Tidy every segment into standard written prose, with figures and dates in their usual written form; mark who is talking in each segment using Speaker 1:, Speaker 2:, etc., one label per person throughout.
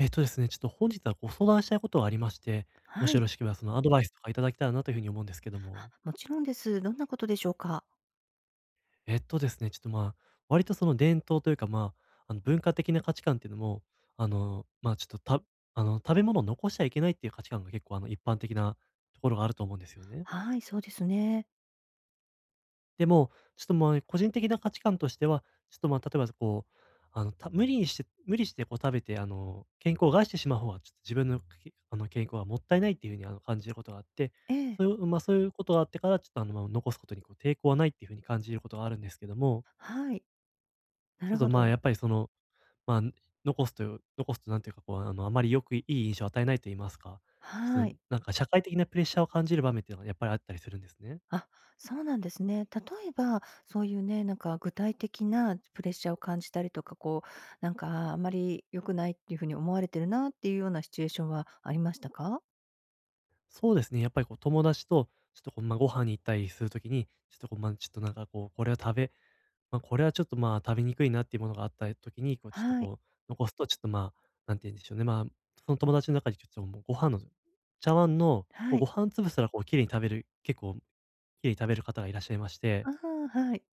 Speaker 1: えっとですね、ちょっと本日はご相談したいことがありまして、も
Speaker 2: は
Speaker 1: しよ
Speaker 2: い。
Speaker 1: ろしければそのアドバイスとかいただけたらなというふうに思うんですけども。
Speaker 2: あ、もちろんです。どんなことでしょうか？
Speaker 1: えっとですね、ちょっとまあ、割とその伝統というか、まあ、あの文化的な価値観っていうのも、あの、まあ、ちょっとたあの、食べ物を残しちゃいけないっていう価値観が結構あの一般的なところがあると思うんですよね。
Speaker 2: はい、そうですね。
Speaker 1: でも、ちょっと、まあ、個人的な価値観としては、ちょっと、まあ、例えば、こう、あの、た無理にして無理して、こう、食べて、あの、健康を害してしまう方が、ちょっと自分の、あの、健康はもったいないっていうふうに、あの、感じることがあって、
Speaker 2: ええ、
Speaker 1: そういう、まあ、そういうことがあってから、ちょっと、あの、まあ、残すことに、こう、抵抗はないっていうふうに感じることがあるんですけども、
Speaker 2: はい。な
Speaker 1: ちょ
Speaker 2: る
Speaker 1: っ
Speaker 2: ほ
Speaker 1: と、まあ、
Speaker 2: ど。
Speaker 1: やっぱり、その、まあ、残すとなんていうか、こう、あの、あまりいい印象を与えないと言いますか、ちょ
Speaker 2: は
Speaker 1: っと、
Speaker 2: い。
Speaker 1: なんか、社会的なプレッシャーを感じる場面っていうのがやっぱりあったりするんですね。
Speaker 2: あ、そうなんですね。例えば、そういうね、なんか具体的なプレッシャーを感じたりとか、こう、なんか、ああんまり良くないっていう風に思われてるなっていうようなシチュエーションはありましたか？
Speaker 1: そうですね。やっぱりこう友達と、ちょっとこう、まあ、ご飯に行ったりする時に、ちょっとこう、まあ、ちょっとなんかこう、これは食べまあ、これはちょっと、食べにくいなっていうものがあった時に、こうちょっと
Speaker 2: はい、
Speaker 1: こう、残すとちょっと、なんて言うんでしょうね、その友達の中にちょっともうご飯の茶碗の、こう
Speaker 2: は
Speaker 1: ご
Speaker 2: い。
Speaker 1: 飯粒すらこう綺麗に食べる、結構綺麗に食べる方がいらっしゃいまして、
Speaker 2: ああ、はい。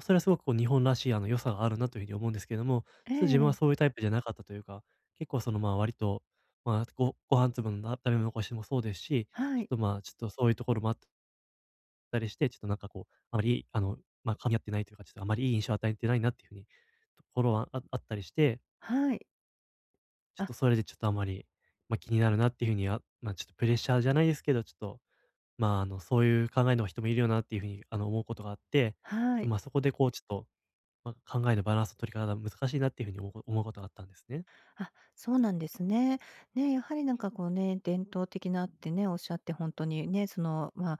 Speaker 1: それはすごくこう日本らしいあの良さがあるなというふうに思うんですけれども、
Speaker 2: え
Speaker 1: ちょっと自分は
Speaker 2: え、
Speaker 1: そういうタイプじゃなかったというか、結構そのまあ割と、まあご飯粒の食べ残しもそうですし、
Speaker 2: は
Speaker 1: ちょっ
Speaker 2: い、
Speaker 1: とまあちょっとそういうところもあったりして、ちょっとなんかこう、あまりあの、まあ噛み合ってないというか、ちょっとあまりいい印象を与えてないなっていうふうに、ところはあったりして、
Speaker 2: はい。
Speaker 1: ちょっ
Speaker 2: あ、
Speaker 1: とそれでちょっとあまり、まあ気になるなっていうふうには、まあちょっとプレッシャーじゃないですけど、ちょっと、まああの、そういう考えの人もいるよなっていうふうにあの思うことがあって、ちょっ
Speaker 2: は
Speaker 1: と
Speaker 2: い。
Speaker 1: まあそこでこうちょっと、ま、考えのバランスの取り方が難しいなっていう風におもこ思うことがあったんですね。
Speaker 2: あ、そうなんですね。ね、やはりなんかこうね、伝統的なってね、おっしゃって本当にね、その、まあ、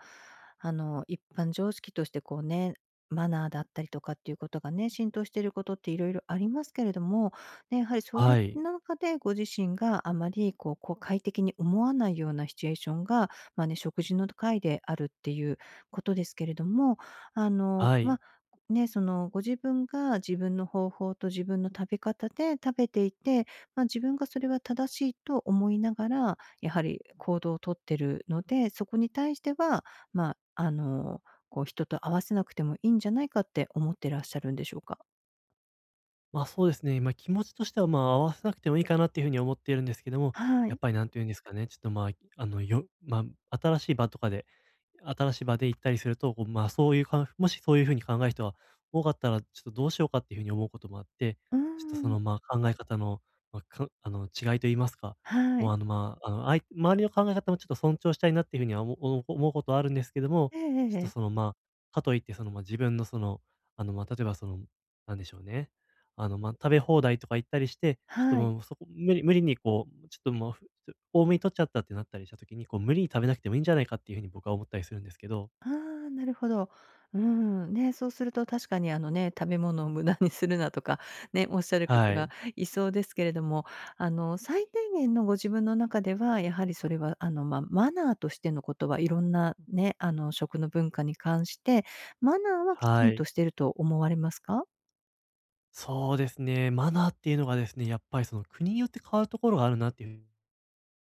Speaker 2: あの、一般常識としてこうね、マナーだったりとかっていうことがね、浸透していることっていろいろありますけれども、ね、やはりそれ
Speaker 1: はい。
Speaker 2: の中でご自身があまりこう、こう快適に思わないようなシチュエーションが、まあね、食事の会であるっていうことですけれども、あの、
Speaker 1: は
Speaker 2: ま
Speaker 1: い。
Speaker 2: あ、ね、そのご自分が自分の方法と自分の食べ方で食べていて、まあ、自分がそれは正しいと思いながら、やはり行動をとってるので、そこに対しては、まあ、あの、こう人と合わせなくてもいいんじゃないかって思ってらっしゃるんでしょうか？
Speaker 1: ま、そうですね、ま、気持ちとしては、ま、合わせなくてもいいかなっていう風に思っているんですけども、
Speaker 2: は
Speaker 1: やっ
Speaker 2: い。
Speaker 1: ぱり何て言うんですかね、ちょっと、ま、あの、新しい場とかで新しい場で行ったりすると、こう、まあ、そういうかもしそういう風に考える人が多かったら、ちょっとどうしようかっていう風に思うこともあって、
Speaker 2: うー
Speaker 1: ちょっとそ
Speaker 2: ん。
Speaker 1: の、まあ、考え方の、まあ、あの、違いと言いますか、
Speaker 2: は
Speaker 1: こう、
Speaker 2: い。
Speaker 1: あの、まあ、あの、周りの考え方もちょっと尊重したいなっていう風には思うことはあるんですけども、
Speaker 2: ええええ
Speaker 1: ちょっ
Speaker 2: え
Speaker 1: とその、
Speaker 2: え。
Speaker 1: まあ、かといってその、ま、あ自分のその、あの、ま、あ例えばその、なんでしょうね、あの、ま、あ食べ放題とか行ったりして、ちょっと
Speaker 2: はい。
Speaker 1: もうそこ無理にこう、ちょっともう多めに取っちゃったってなったりした時に、こう無理に食べなくてもいいんじゃないかっていう風に僕は思ったりするんですけど。
Speaker 2: ああ、なるほど。うん、ね、そうすると確かにあのね、食べ物を無駄にするなとか、ね、おっしゃる方
Speaker 1: はい。
Speaker 2: がいそうですけれども、あの、最低限のご自分の中では、やはりそれはあの、まあ、マナーとしてのことはいろんなね、あの、食の文化に関して、マナーはきち
Speaker 1: は
Speaker 2: んと
Speaker 1: い。
Speaker 2: してると思われますか？
Speaker 1: そうですね、マナーっていうのがですね、やっぱりその国によって変わるところがあるなっていう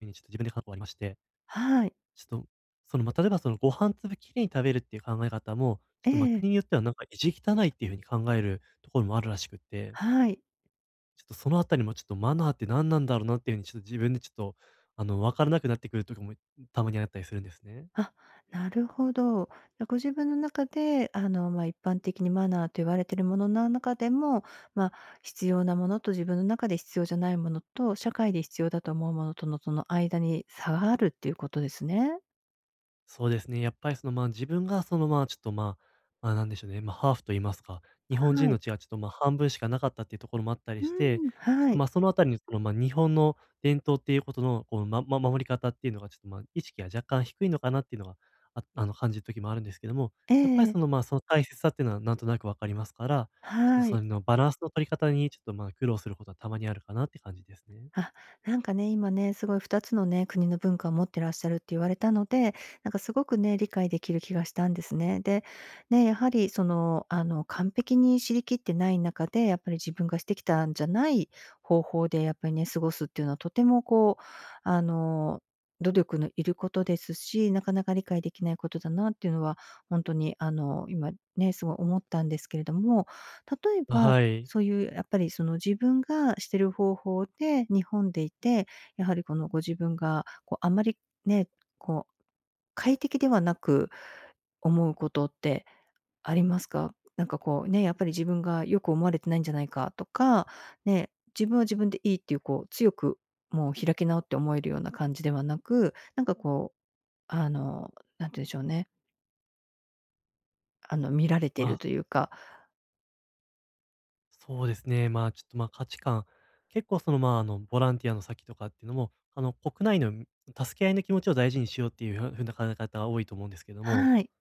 Speaker 1: 風にちょっと自分で過去ありまして、
Speaker 2: はい。
Speaker 1: ちょっと、その、まあ、例えばそのご飯粒きれいに食べるっていう考え方も、ちょっ
Speaker 2: え
Speaker 1: と、ま、
Speaker 2: え、
Speaker 1: 国によってはなんか意地汚いっていう風に考えるところもあるらしくって、
Speaker 2: はい。
Speaker 1: ちょっとそのあたりもちょっとマナーって何なんだろうなっていう風にちょっと自分でちょっと、あの、わからなくなってくる時もたまにあったりするんですね。
Speaker 2: あ、なるほど。じゃ、ご自分の中で、あの、まあ、一般的にマナーと言われているものな中でも、まあ、必要なものと自分の中で必要じゃないものと、社会で必要だと思うものとの、その間に差があるっていうことですね。
Speaker 1: そうですね。やっぱりその、まあ、自分がその、まあ、ちょっと、まあ、なんでしょうね、まあ、ハーフと言いますか、日本人
Speaker 2: はい。
Speaker 1: の血がちょっと、まあ、半分しかなかったっていうところもあったり
Speaker 2: う
Speaker 1: して、
Speaker 2: ん、
Speaker 1: ちょっ
Speaker 2: は
Speaker 1: と、
Speaker 2: い。
Speaker 1: まあ、そのあたりに、その、まあ、日本の伝統っていうことの、こう、守り方っていうのが、ちょっと、まあ、意識が若干低いのかなっていうのが、あの、感じる時もあるんですけども、
Speaker 2: え
Speaker 1: やっぱりそ
Speaker 2: え。
Speaker 1: の、まあ、その大切さっていうのはなんとなくわかりますから、ちょっと
Speaker 2: は
Speaker 1: それ
Speaker 2: い。
Speaker 1: のバランスの取り方に、ちょっと、まあ、苦労することはたまにあるかなって感じですね。
Speaker 2: あ、なんかね、今ね、すごい2つのね、国の文化を持ってらっしゃるって言われたので、なんかすごくね、理解できる気がしたんですね。で、ね、やはりその、あの、完璧に知りきってない中で、やっぱり自分がしてきたんじゃない方法で、やっぱりね、過ごすっていうのはとてもこう、あの、努力のいることですし、なかなか理解できないことだなっていうのは、本当にあの、今ね、すごい思ったんですけれども、例えば
Speaker 1: はい。
Speaker 2: そういうやっぱりその自分がしてる方法で、日本でいて、やはりこのご自分がこうあまりね、こう快適ではなく思うことってありますか？なんかこうね、やっぱり自分がよく思われてないんじゃないかとか、ね、自分は自分でいいっていうこう強くもう開き直って思えるような感じではなく、なんかこう、あの、なんて言うんでしょうね、あの見られてい
Speaker 1: ま
Speaker 2: る
Speaker 1: あ
Speaker 2: というか
Speaker 1: そうですね。まあ、ちょっと、ま、価値観、結構その、まあ、あの、ボランティアの先とかっていうのも、あの、国内の助け合いの気持ちを大事にしようっていうふうな考え方が多いと思うんですけども、
Speaker 2: はい。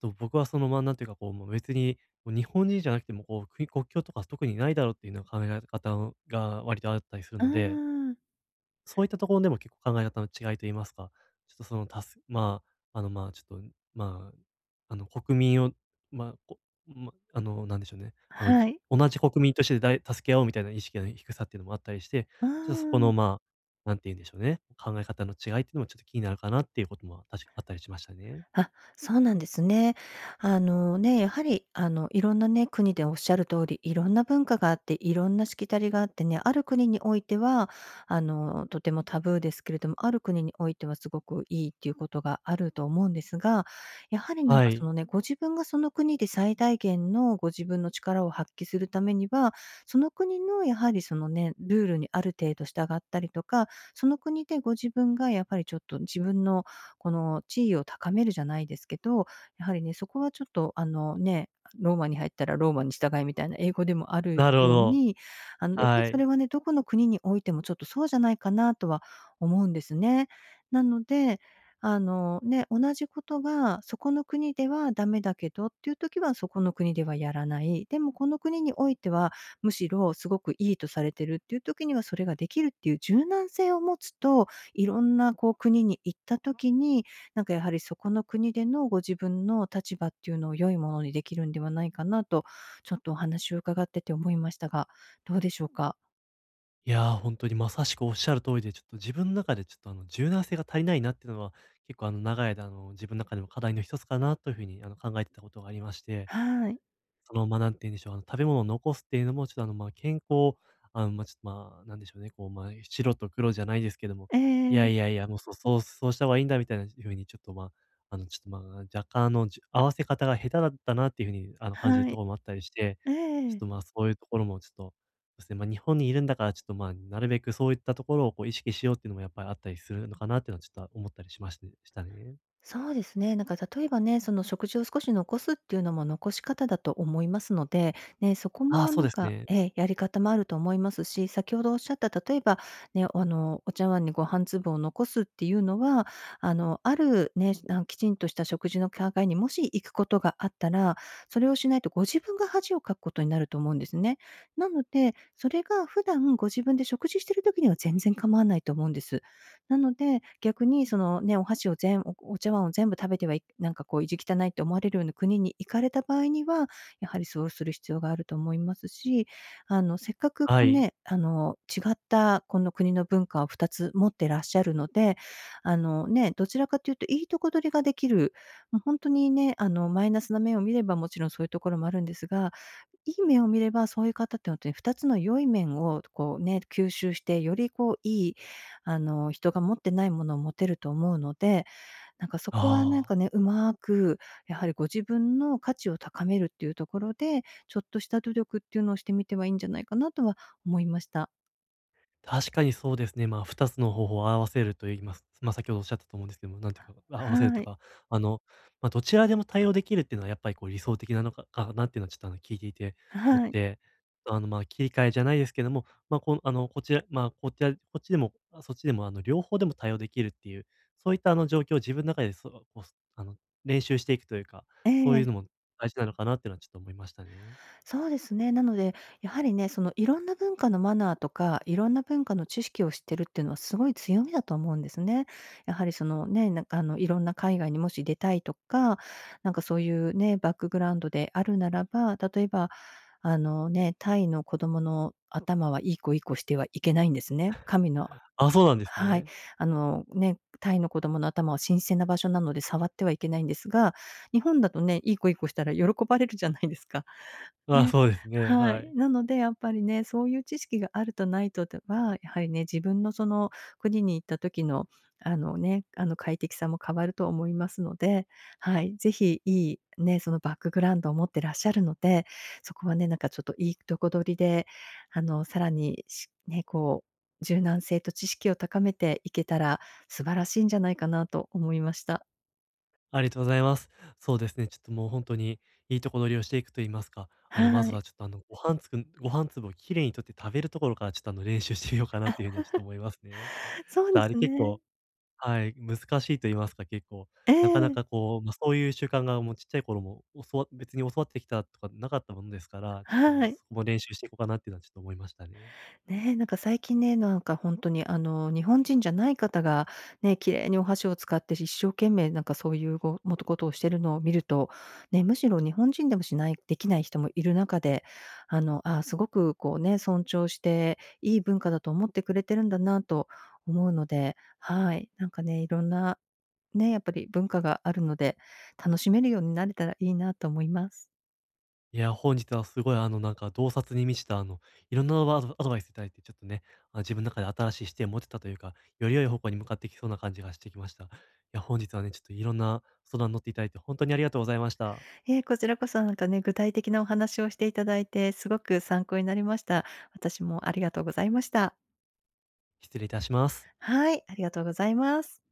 Speaker 1: と、僕はその、ま、なんていうか、こう、もう別に、もう日本人じゃなくても、こう、国境とか特にないだろうっていうような考え方が割とあったりする
Speaker 2: うー
Speaker 1: ので、
Speaker 2: ん。
Speaker 1: そういったところでも結構考え方の違いと言いますか、ちょっとそのまあ、あの、まあ、ちょっと、まあ、あの、国民を、まあ、あの、なんでしょうね、あの、
Speaker 2: はい。
Speaker 1: 同じ国民として助け合おうみたいな意識の低さっていうのもあったりして、
Speaker 2: うー
Speaker 1: ちょっとそこの、
Speaker 2: ん。
Speaker 1: まあ、なんて言うんでしょうね、考え方の違いっていうのもちょっと気になるかなっていうことも、あったりしましたね。
Speaker 2: あ、そうなんですね。あのね、やはりあのいろんなね、国でおっしゃる通り、いろんな文化があって、いろんなしきたりがあってね、ある国においては、あのとてもタブーですけれども、ある国においてはすごくいいっていうことがあると思うんですが、やはりなん
Speaker 1: は
Speaker 2: かそ
Speaker 1: い。
Speaker 2: のね、ご自分がその国で最大限のご自分の力を発揮するためには、その国のやはりそのね、ルールにある程度従ったりとか、その国でご自分がやっぱりちょっと自分のこの地位を高めるじゃないですけど、やはりね、そこはちょっとあのね、ローマに入ったらローマに従いみたいな英語でもある
Speaker 1: なるほ
Speaker 2: よう
Speaker 1: ど。
Speaker 2: に、あのやっぱり
Speaker 1: は
Speaker 2: そ
Speaker 1: い。
Speaker 2: れはね、どこの国においてもちょっとそうじゃないかなとは思うんですね。なので、あのね、同じことがそこの国ではダメだけどっていう時はそこの国ではやらない。でもこの国においては、むしろすごくいいとされてるっていう時にはそれができるっていう柔軟性を持つと、いろんなこう国に行った時に、なんかやはりそこの国でのご自分の立場っていうのを良いものにできるんではないかなと、ちょっとお話を伺ってて思いましたが、どうでしょうか？
Speaker 1: いや、本当にまさしくおっしゃる通りで、ちょっと自分の中でちょっとあの、柔軟性が足りないなっていうのは、結構あの、長い間あの、自分の中でも課題の一つかなというふうにあの、考えてたことがありまして。
Speaker 2: はい。
Speaker 1: その、まあ、なんて言うんでしょう、あの、食べ物を残すっていうのも、ちょっと、あの、まあ、あの、まあ、ちょっと、まあ、なんでしょうね、こう、まあ、白と黒じゃないですけども、
Speaker 2: え
Speaker 1: いや
Speaker 2: え、
Speaker 1: いやいや、もう、そうそうそうした方がいいんだみたいな風にちょっと、まあ、あの、ちょっと、まあ、若干、あの、合わせ方が下手だったなっていう風に、あの、感じる
Speaker 2: は
Speaker 1: と
Speaker 2: い。
Speaker 1: ころもあったりして、ちょっ
Speaker 2: ええ。
Speaker 1: と、まあ、そういうところもちょっと、そうですね、まあ、日本にいるんだから、ちょっと、まあ、なるべくそういったところを、こう、意識しようっていうのもやっぱりあったりするのかなっていうのは、ちょっと思ったりしましてしたね。
Speaker 2: そうですね。なんか例えばね、その食事を少し残すっていうのも残し方だと思いますので、ね、そこ
Speaker 1: ああ、
Speaker 2: も
Speaker 1: そう
Speaker 2: なん
Speaker 1: です
Speaker 2: か、
Speaker 1: ね。
Speaker 2: ええ、やり方もあると思いますし、先ほどおっしゃった例えば、ね、あの、お茶碗にご飯粒を残すっていうのは、あの、あるね、あのきちんとした食事の境にもし行くことがあったら、それをしないとご自分が恥をかくことになると思うんですね。なので、それが普段ご自分で食事してる時には全然構わないと思うんです。なので、逆にそのね、お箸を全おお茶碗を全部食べてはいなんかこう意地汚いって思われるような国に行かれた場合には、やはりそうする必要があると思いますし、あの、せっかく
Speaker 1: は
Speaker 2: こう
Speaker 1: い。
Speaker 2: ね、あの、違ったこの国の文化を2つ持ってらっしゃるので、あの、ね、どちらかというといいとこ取りができる、もう本当にね、あの、マイナスな面を見ればもちろんそういうところもあるんですがいい面を見れば、そういう方って本当に2つの良い面をこうね、吸収して、よりこういい、あの、人が持ってないものを持てると思うので、なんかそこはなん
Speaker 1: ああ。
Speaker 2: かね、うまく、やはりご自分の価値を高めるっていうところで、ちょっとした努力っていうのをしてみてはいいんじゃないかなとは思いました。
Speaker 1: 確かにそうですね。まあ、2つの方法を合わせると言います。まあ、先ほどおっしゃったと思うんですけども、なんていうか、合わせる
Speaker 2: は
Speaker 1: と
Speaker 2: い。
Speaker 1: か、あの、まあ、どちらでも対応できるっていうのはやっぱりこう理想的なのかなっていうのはちょっとあの聞いていて思っ
Speaker 2: はい。
Speaker 1: て、あの、まあ、切り替えじゃないですけども、まあ、このあの、こっちでも、あ、そっちでもあの両方でも対応できるっていう、そういったあの状況を自分の中でこう、あの、練習していくというか、
Speaker 2: え
Speaker 1: そういう
Speaker 2: え。
Speaker 1: のも大事なのかなっていうのはちょっと思いましたね。
Speaker 2: そうですね。なので、やはりね、そのいろんな文化のマナーとか、いろんな文化の知識を知ってるっていうのはすごい強みだと思うんですね。やはりそのね、なんかあのいろんな海外にもし出たいとか、なんかそういうね、バックグラウンドであるならば、例えば、あのね、タイの子供の頭はいい子いい子してはいけないんですね。神の
Speaker 1: あ、そうなんです
Speaker 2: はい。
Speaker 1: ね。
Speaker 2: あのね、タイの子供の頭は神聖な場所なので触ってはいけないんですが、日本だとね、いい子いい子したら喜ばれるじゃないですか。
Speaker 1: あ、
Speaker 2: ね、
Speaker 1: そうですね、
Speaker 2: は
Speaker 1: は
Speaker 2: い。
Speaker 1: い。
Speaker 2: なのでやっぱりね、そういう知識があるとないとでは、やはりね、自分のその国に行った時の、あのね、あの快適さも変わると思いますので、はい、ぜひいいね、そのバックグラウンドを持ってらっしゃるので、そこはね、なんかちょっといいとこ取りで、あの、さらに、しね、こう、柔軟性と知識を高めていけたら素晴らしいんじゃないかなと思いました。
Speaker 1: ありがとうございます。そうですね、ちょっともう本当にいいとこ取りをしていくと言いますか、あの、ま
Speaker 2: は
Speaker 1: ず
Speaker 2: い。
Speaker 1: はちょっと、あの、ご飯粒をきれいに取って食べるところからちょっと、あの、練習してみようかなっていうふうにはちょっと思いますね。ち
Speaker 2: そ
Speaker 1: ょっ
Speaker 2: う
Speaker 1: と
Speaker 2: で
Speaker 1: あれ
Speaker 2: す
Speaker 1: 結
Speaker 2: ね。
Speaker 1: 構はい、難しいと言いますか、結構、
Speaker 2: え
Speaker 1: なかな
Speaker 2: え、
Speaker 1: かこう、まあ、そういう習慣がもうちっちゃい頃も別に教わってきたとかなかったものですから、ちょっとも
Speaker 2: は
Speaker 1: う
Speaker 2: い。
Speaker 1: そこも練習していこうかなっていうのはちょっと思いましたね。
Speaker 2: ね、なんか最近ね、なんか本当にあの、日本人じゃない方が、ね、綺麗にお箸を使って一生懸命なんかそういうごもとことをしてるのを見ると、ね、むしろ日本人でもしないできない人もいる中で、あの、あ、すごくこうね、尊重して、いい文化だと思ってくれてるんだなと思うので、はい、なんかね、いろんな、ね、やっぱり文化があるので、楽しめるようになれたらいいなと思います。
Speaker 1: いや、本日はすごい、あの、なんか、洞察に満ちた、あの、いろんなアドバイスいただいて、ちょっとね、あ、自分の中で新しい視点を持てたというか、より良い方向に向かってきそうな感じがしてきました。いや、本日はね、ちょっといろんな相談に乗っていただいて、本当にありがとうございました。
Speaker 2: ええ、こちらこそなんかね、具体的なお話をしていただいて、すごく参考になりました。私もありがとうございました。
Speaker 1: 失礼いたします。
Speaker 2: はい、ありがとうございます。